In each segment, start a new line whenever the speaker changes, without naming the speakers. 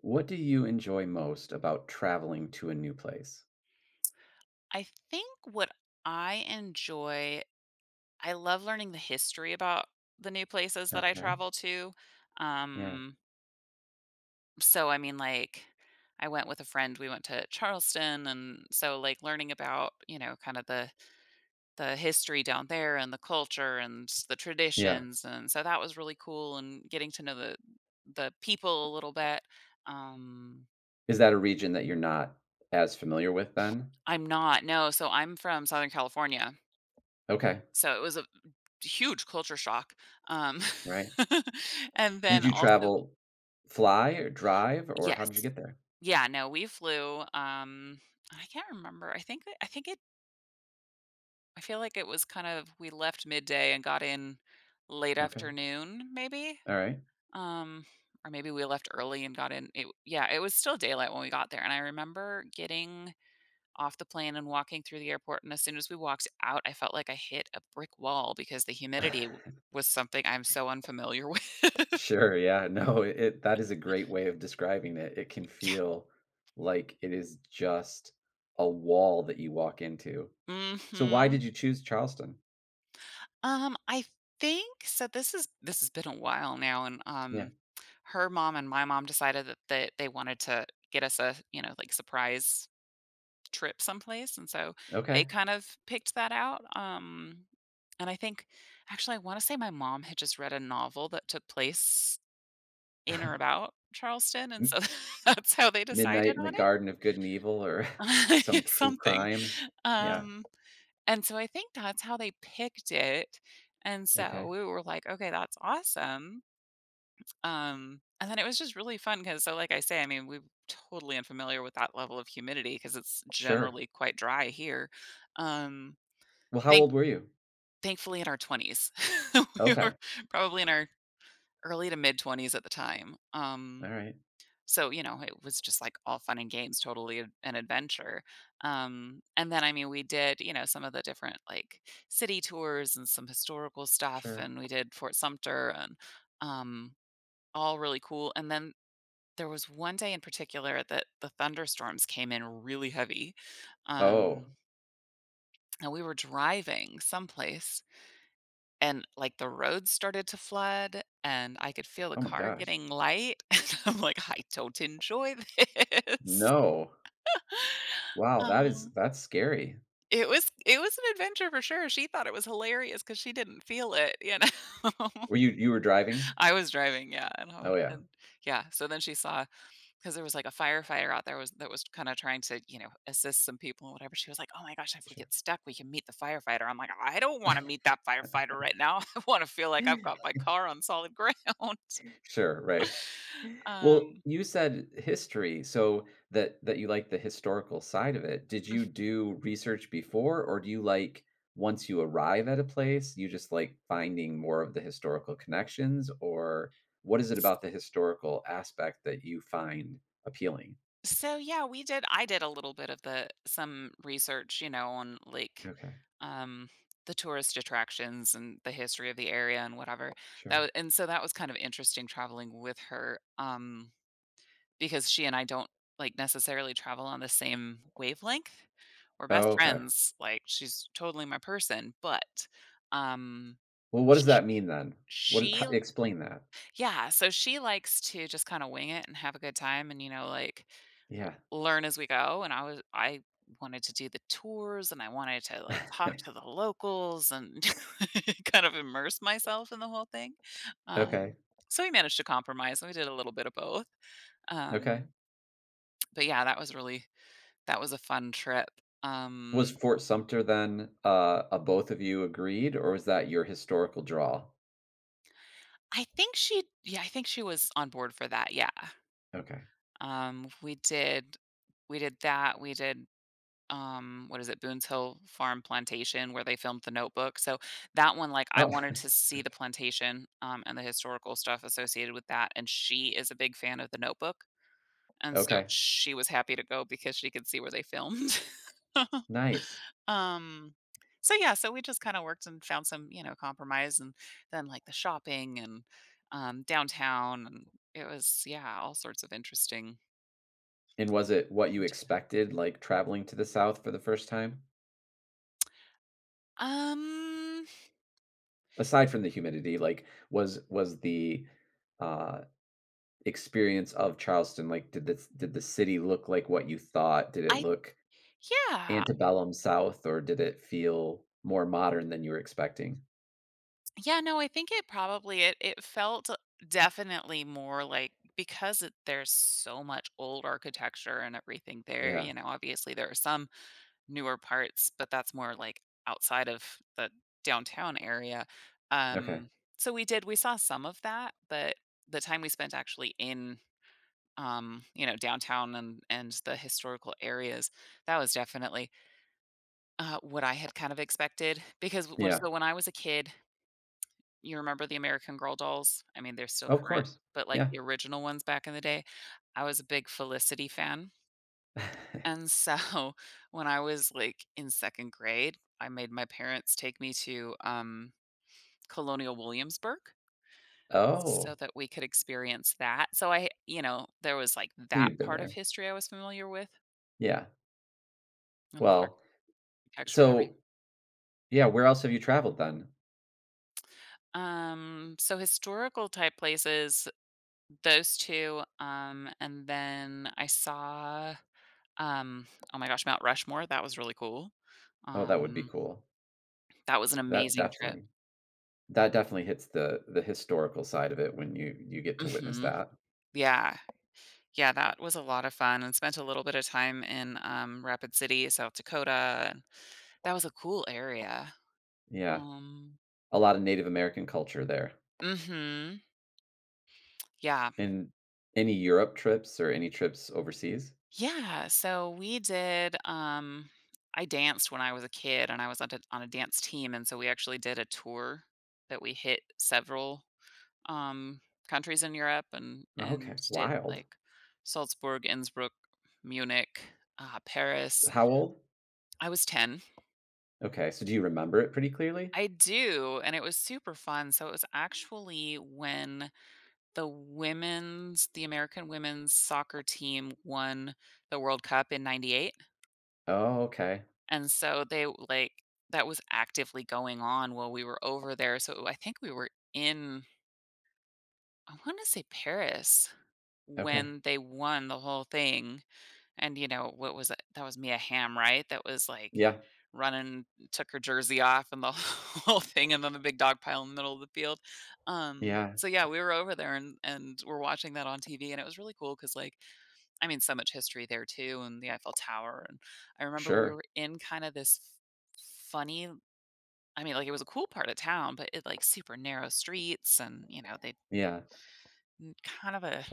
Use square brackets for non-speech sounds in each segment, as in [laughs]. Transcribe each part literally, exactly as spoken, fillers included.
What do you enjoy most about traveling to a new place?
I think what I enjoy, I love learning the history about the new places that I
Okay.
travel to.
Yeah.
Um, so I mean, like, I went with a friend. We went to Charleston, and so like learning about you know kind of the the history down there and the culture and s- the
Yeah.
traditions, and so that was really cool. And getting to know the the people a little bit. Um,
Is that a region that you're not as familiar with then?
I'm not, no, so I'm from Southern California,
Okay.
so it was a huge culture shock. Um,
Right.
[laughs] and
Did
then
you
also,
travel fly or drive or how did you
yes.
get there?
Yeah, no, we flew. um, I can't remember. I think I think it I feel like it was kind of, we left midday and got in late
Okay.
afternoon maybe.
All right.
Um, or maybe we left early and got in. It, yeah, it was still daylight when we got there. And I remember getting off the plane and walking through the airport. And as soon as we walked out, I felt like I hit a brick wall because the humidity w-
[laughs]
was something I'm so unfamiliar.
Sure. Yeah. No, it it- that is a great way of describing it. It can
Yeah.
feel like it is just a wall that you walk into. So why
Mhm.
did you choose Charleston?
Um, I think so this is this has been a while now. and,
Yeah.
um, her mom and my mom decided that they they wanted to get us a, you know, like, surprise trip someplace, and so they
Okay.
kind of picked that out. Um, and I think, actually, I wanna say my mom had just read a novel that took place in or
[laughs]
about Charleston, and so [laughs] that's how they
Midnight
decided
in the
on it.
Garden of Good and Evil or [laughs] some
[laughs]
true
Something.
crime? Yeah,
Um And so I think that's how they picked it. And so
okay,
we were like, okay, that's awesome. Um, and then it was just really fun because, so like I say, I mean, we're totally unfamiliar with that level of humidity because it's
sure.
generally quite dry here. Um,
Well, how
thank,
old were you?
thankfully, in our twenties, [laughs] we were
Okay,
probably in our early to mid twenties at the time. Um,
alright,
so, you know, it was just like all fun and games, totally a- an adventure. Um, and then, I mean, we did, you know, some of the different like city tours and some historical stuff,
sure.
and we did Fort Sumter and um, all really cool. And then there was one day in particular that the thunderstorms came in really heavy.
Oh,
Um, and we were driving someplace and like the roads started to flood and I could feel the
oh my
car
gosh.
getting light. [laughs] And I'm like, I don't enjoy [laughs] this.
No. Wow, that is
Um,
that's scary.
it was it was an adventure for sure. She thought it was hilarious because she didn't feel it, you know? [laughs]
Were you you were driving?
I was driving, yeah, and I wa
Oh, yeah,
and yeah, so then she saw, because there was, like, a firefighter out there was that was kinda trying to, you know, assist some people and whatever. She was like, "Oh my gosh, if we
sure.
get stuck, we can meet the firefighter." I'm like, "I don't wanna meet that firefighter right now. [laughs] I wanna feel like I've got
[laughs]
my car on solid ground." [laughs]
Sure, right.
Um
Well, you said history, so that that you like the historical side of it. Did you do research before, or do you like once you arrive at a place, you just like finding more of the historical connections, or what is it about the historical aspect that you find appealing?
So yeah, we did I did a little bit of the some research, you know, on like
Okay,
um the tourist attractions and the history of the area and whatever. That
sure.
wa- and so that was kind of interesting traveling with her, um because she and I don't like necessarily travel on the same wavelength. We're best
Oh, okay.
friends. Like she's totally my person, but um
Well, what does
sh-
that mean then? What is,
she,
how, explain that?
yeah, so she likes to just kinda wing it and have a good time and, you know, like, l
Yeah.
learn as we go, and I was I wanted to do the tours, and I wanted to, like,
[laughs]
talk to the locals and [laughs] kind of immerse myself in the whole thing. um,
Okay.
so we managed to compromise, and we did a little bit of both.
Okay.
Um, but yeah, that was really, that was a fun trip.
Was
um,
Fort Sumter then uh, a both of you agreed, or was that your historical draw?
I think she, yeah, I think she was on board for that, yeah.
Okay.
Um, we did we did that, we did, um, what is it, Boone's Hill Farm Plantation where they filmed The Notebook. So that one, like I
Oh,
wanted to see the plantation, um, and the historical stuff associated with that, and she is a big fan of The Notebook,
[laughs]
and so
okay.
she was happy to go because she could see where they filmed. [laughs]
Nice.
Um, so yeah, so we just kinda worked and found some, you know, compromise and then, like, the shopping and, um, downtown, and it was, yeah, all sorts of interesting.
And was it what you
Me
expected, like, traveling to the South for the first time?
Um,
Aside from the humidity, like, was was the, uh, experience of Charleston, like, did this did the city look like what you thought? Did it
I
look
Yeah.
antebellum South, or did it feel more modern than you were expecting?
Yeah, no, I think it probably, it it felt definitely more like, because it, there's so much old architecture and everything there,
Yeah.
you know, obviously there are some newer parts, but that's more like outside of the downtown area.
Okay.
Um so we did we saw some of that, but the time we spent actually in, um, you know, downtown and and the historical areas, that was definitely, uh, what I had kind of expected, because when
Yeah.
so when I was a kid, you remember the American Girl dolls? I mean, they're still
Of
current,
course.
but, like,
Yeah.
the original ones back in the day, I was a big Felicity fan,
[laughs]
and so [laughs] when I was, like, in second grade, I made my parents take me to, um, Colonial Williamsburg so
Oh,
that we could experience that. So I you know, there was, like,
so
that
you've been
part of
there.
history I was familiar with,
Yeah.
and the
Well,
architecture and everything.
so, yeah, where else have you traveled then?
Um, so historical type places, those two, um, and then I saw, Um, oh my gosh, Mount Rushmore, that was really cool.
Oh, that would be
Um,
cool.
that was an
That
amazing trip.
definitely that definitely hits the the historical side of it when you you get to witness
Mhm.
that.
Yeah. Yeah, that was a lot of fun, and spent a little bit of time in, um, Rapid City, South Dakota, and that was a cool area.
Yeah,
Um
a lot of Native American culture there.
Mhm. Yeah.
And any Europe trips or any trips overseas?
Yeah, so we did, um I danced when I was a kid, and I was on a on a dance team, and so we actually did a tour that we hit several, um, countries in Europe and and
Okay,
did
wild.
like Salzburg, Innsbruck, Munich, uh, Paris.
How old?
I was ten.
Okay, so do you remember it pretty clearly?
I do, and it was super fun. So it was actually when the women's, the American women's soccer team won the World Cup in ninety-eight.
Oh, okay.
And so they like that was actively going on while we were over there. So I think we were in, I want to say Paris
Okay.
when they won the whole thing. And, you know, what was it? That was Mia Hamm, right? That was like
Yeah.
running, took her jersey off and the [laughs] whole thing, and then the big dog pile in the middle of the field. Um,
Yeah.
so yeah, we were over there and and we're watching that on T V, and it was really cool because like, I mean, so much history there too, and the Eiffel Tower, and I remember we
Sure.
were in kind of this, funny. I mean, like it was a cool part of town, but it like super narrow streets, and you know they,
Yeah.
kind of a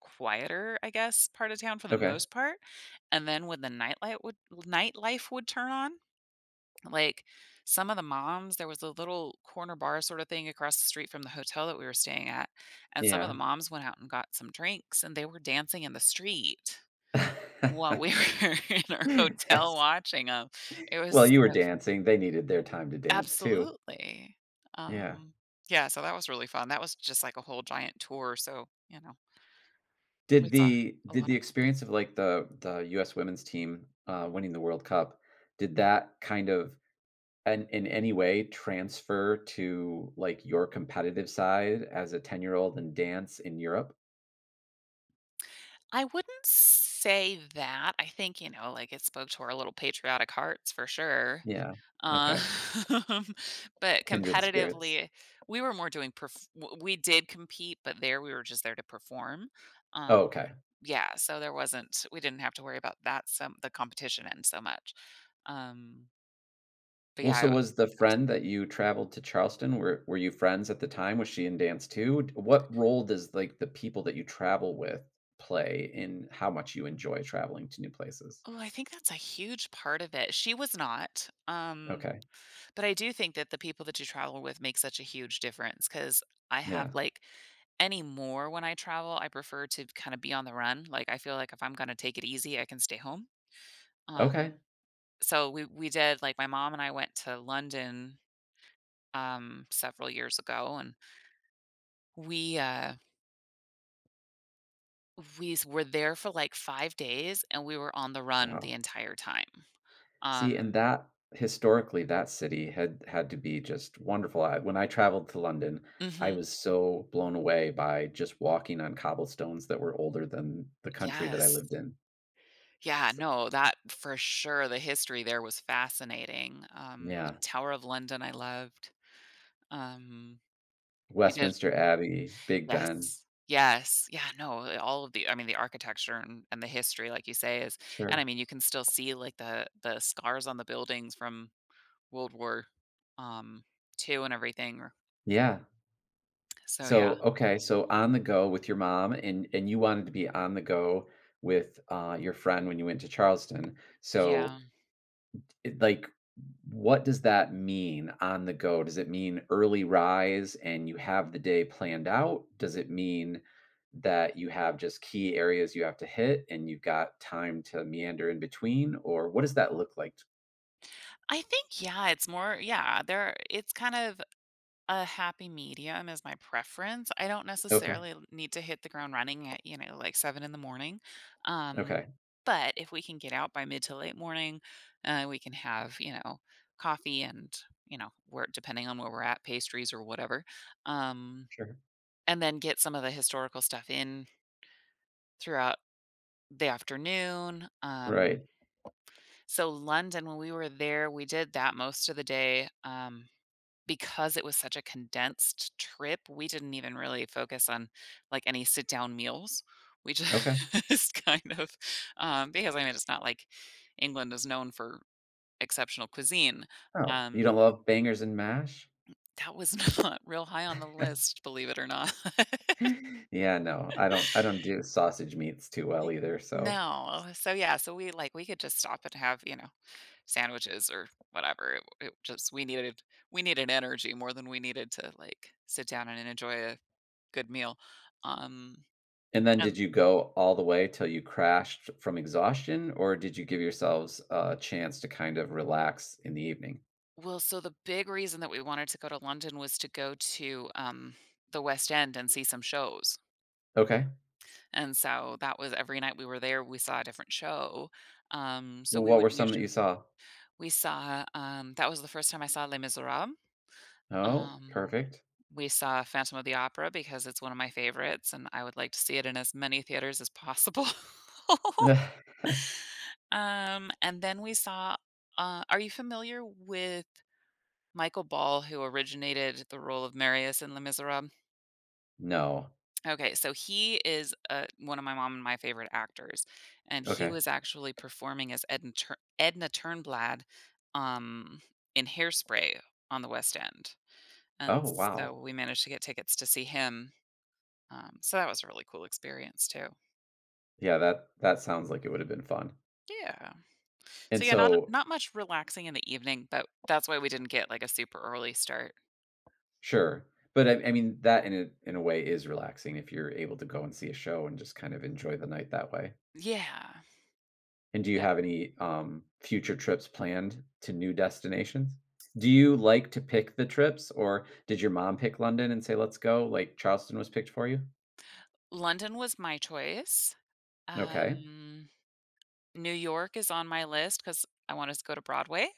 quieter, I guess, part of town for the
Okay.
most part, and then when the nightlight would nightlife would turn on, like, some of the moms, there was a little corner bar sorta thing across the street from the hotel that we were staying at, and some of the
Yeah.
moms went out and got some drinks, and they were dancing in the street while we
[laughs]
were [laughs] in our hotel
That's
watching them. It was
well,
so
you were
fun.
dancing. They needed their time to dance too.
Absolutely.
Yeah.
Um, yeah, so that was really fun. That was just like a whole giant tour, so, you know, we
Did
saw
the
a
did
lot
the
of cool
experience
things.
of, like, the the U S women's team, uh, winning the World Cup, did that kind of and in any way transfer to, like, your competitive side as a ten-year-old and dance in Europe?
I wouldn't say that. I think, you know, like it spoke to our little patriotic hearts for sure.
Yeah,
Um,
okay.
[laughs] but
Kindred spirits.
competitively, we were more doing, perf- w- we did compete, but there we were just there to perform. Um,
Oh, okay.
yeah. So there wasn't, we didn't have to worry about that, some, the competition end so much. Um, but yeah,
Well,
I,
so
w-
was the
I was,
friend that you traveled to Charleston, were were you friends at the time? Was she in dance too? D what role does, like, the people that you travel with play in how much you enjoy traveling to new places?
oh, I think that's a huge part of it. She was not. Um,
Okay,
But I do think that the people that you travel with make such a huge difference because I have
yeah.
like anymore when I travel, I prefer to kind of be on the run. Like I feel like if I'm gonna take it easy, I can stay home.
Okay.
Um, so we we did like my mom and I went to London, um several years ago, and we uh we s- were there for like five days and we were on the run the
Wow.
entire time.
See, and
Um
that historically, that city had had to be just wonderful. I, when I traveled to London, I
mhm.
was so blown away by just walking on cobblestones that were older than the country that I
Yes.
lived in.
Yeah,
So,
no, that for sure, the history there was fascinating. Um, the
yeah,
Tower of London I loved. Um, we did
Westminster Abbey, Big Ben.
Yes. Yes. Yeah, no, eh, all of the, I mean, the architecture and and the history, like you say, is, and I
Sure.
mean, you can still see, like, the the scars on the buildings from World War, um, two and everything,
Yeah.
so yeah.
So, okay, so on the go with your mom and and you wanted to be on the go with uh, your friend when you went to Charleston. So,
Yeah.
it, like what does that mean on the go? Does it mean early rise and you have the day planned out? Does it mean that you have just key areas you have to hit and you've got time to meander in between? Or what does that look like?
I think, yeah, it's more, yeah, there it's kind of, a happy medium is my preference. I don't
Okay.
necessarily l- need to hit the ground running at, you know, like seven in the morning. Um,
Okay.
but if we can get out by mid to late morning, uh, we can have, you know, coffee and, you know, where depending on where we're at, pastries or whatever. Um,
Sure.
and then get some of the historical stuff in throughout the afternoon.
Right.
Um, so London, when we were there, we did that most of the day. Um, because it was such a condensed trip, we didn't even really focus on, like, any sit down meals. We
Okay.
just [laughs] kind of, um because, I mean, it's not like England is known for exceptional cuisine.
Oh, you
Um,
don't love bangers and mash?
that was [laughs] not real high on the
[laughs]
list, believe it or not. [laughs]
Yeah, no. I don't I don't do sausage meats too well
N
either, so
No. So, yeah, so we, like we could just stop and have, you know, sandwiches or whatever. It it just we needed we needed energy more than we needed to, like, sit down and enjoy a good meal. Um,
And then did
and
you go all the way till you crashed from exhaustion, or did you give yourselves a chance to kind of relax in the evening?
well, so the big reason that we wanted to go to London was to go to, um, the West End and see some shows,
Okay.
and so that was, every night we were there, we saw a different show. Um, so
Well,
we
what
would
were some
usually,
that you saw?
we saw, um, that was the first time I saw Les Misérables.
Oh,
um,
perfect.
we saw Phantom of the Opera because it's one of my favorites, and I would like to see it in as many theaters as possible. [laughs]
[laughs]
Um, and then we saw, uh, are you familiar with Michael Ball, who originated the role of Marius in Les Misérables?
No.
Okay, so he is, uh, one of my mom and my favorite actors, and he
Okay.
was actually performing as Edna Tur Edna Turnblad, um, in Hairspray on the West End, and
Oh,
so
wow.
we managed to get tickets to see him. Um, so that was a really cool experience too.
Yeah, that that sounds like it would have been fun.
Yeah. So,
And
yeah, not,
so,
not much relaxing in the evening, but that's why we didn't get, like, a super early start.
sure. But I, I mean, that in a, in a way is relaxing if you're able to go and see a show and just kind of enjoy the night that way.
Yeah,
And do you have
definite,
any, um, future trips planned to new destinations? Do you like to pick the trips, or did your mom pick London and say, "Let's go," like Charleston was picked for you?
London was my choice.
Okay.
um New York is on my list because I want to go to Broadway.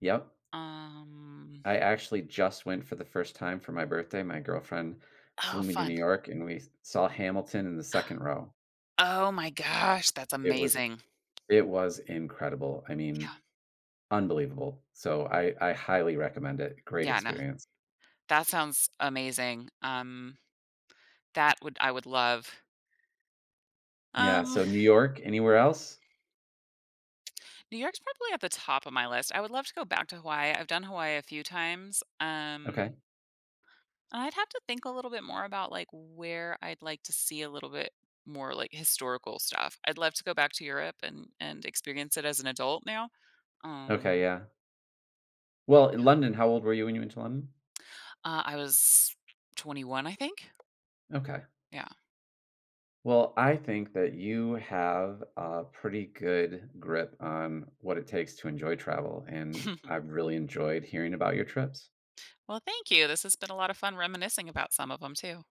Yep.
Um
I actually just went for the first time for my birthday. My girlfriend
oh,
flew me to New
fun.
York, and we saw Hamilton in the second row.
Oh my gosh, that's
It was
amazing.
it was incredible. I mean, unbelievable. So I I highly recommend it. Great
Yeah, no,
experience.
that sounds amazing. Um, that would, I would love.
Yeah,
Um,
so New York, anywhere else?
New York's probably at the top of my list. I would love to go back to Hawaii. I've done Hawaii a few times.
Okay.
Um, and I'd have to think a little bit more about, like, where I'd like to see a little bit more, like, historical stuff. I'd love to go back to Europe and and experience it as an adult now.
Okay,
Um,
yeah.
but
Well, in London, how old were you when you went to London?
Uh, I was twenty-one, I think.
Okay.
Yeah.
Well, I think that you have a pretty good grip on what it takes to enjoy travel, and
[laughs]
I've really enjoyed hearing about your trips.
Well, thank you. This has been a lot of fun reminiscing about some of them too.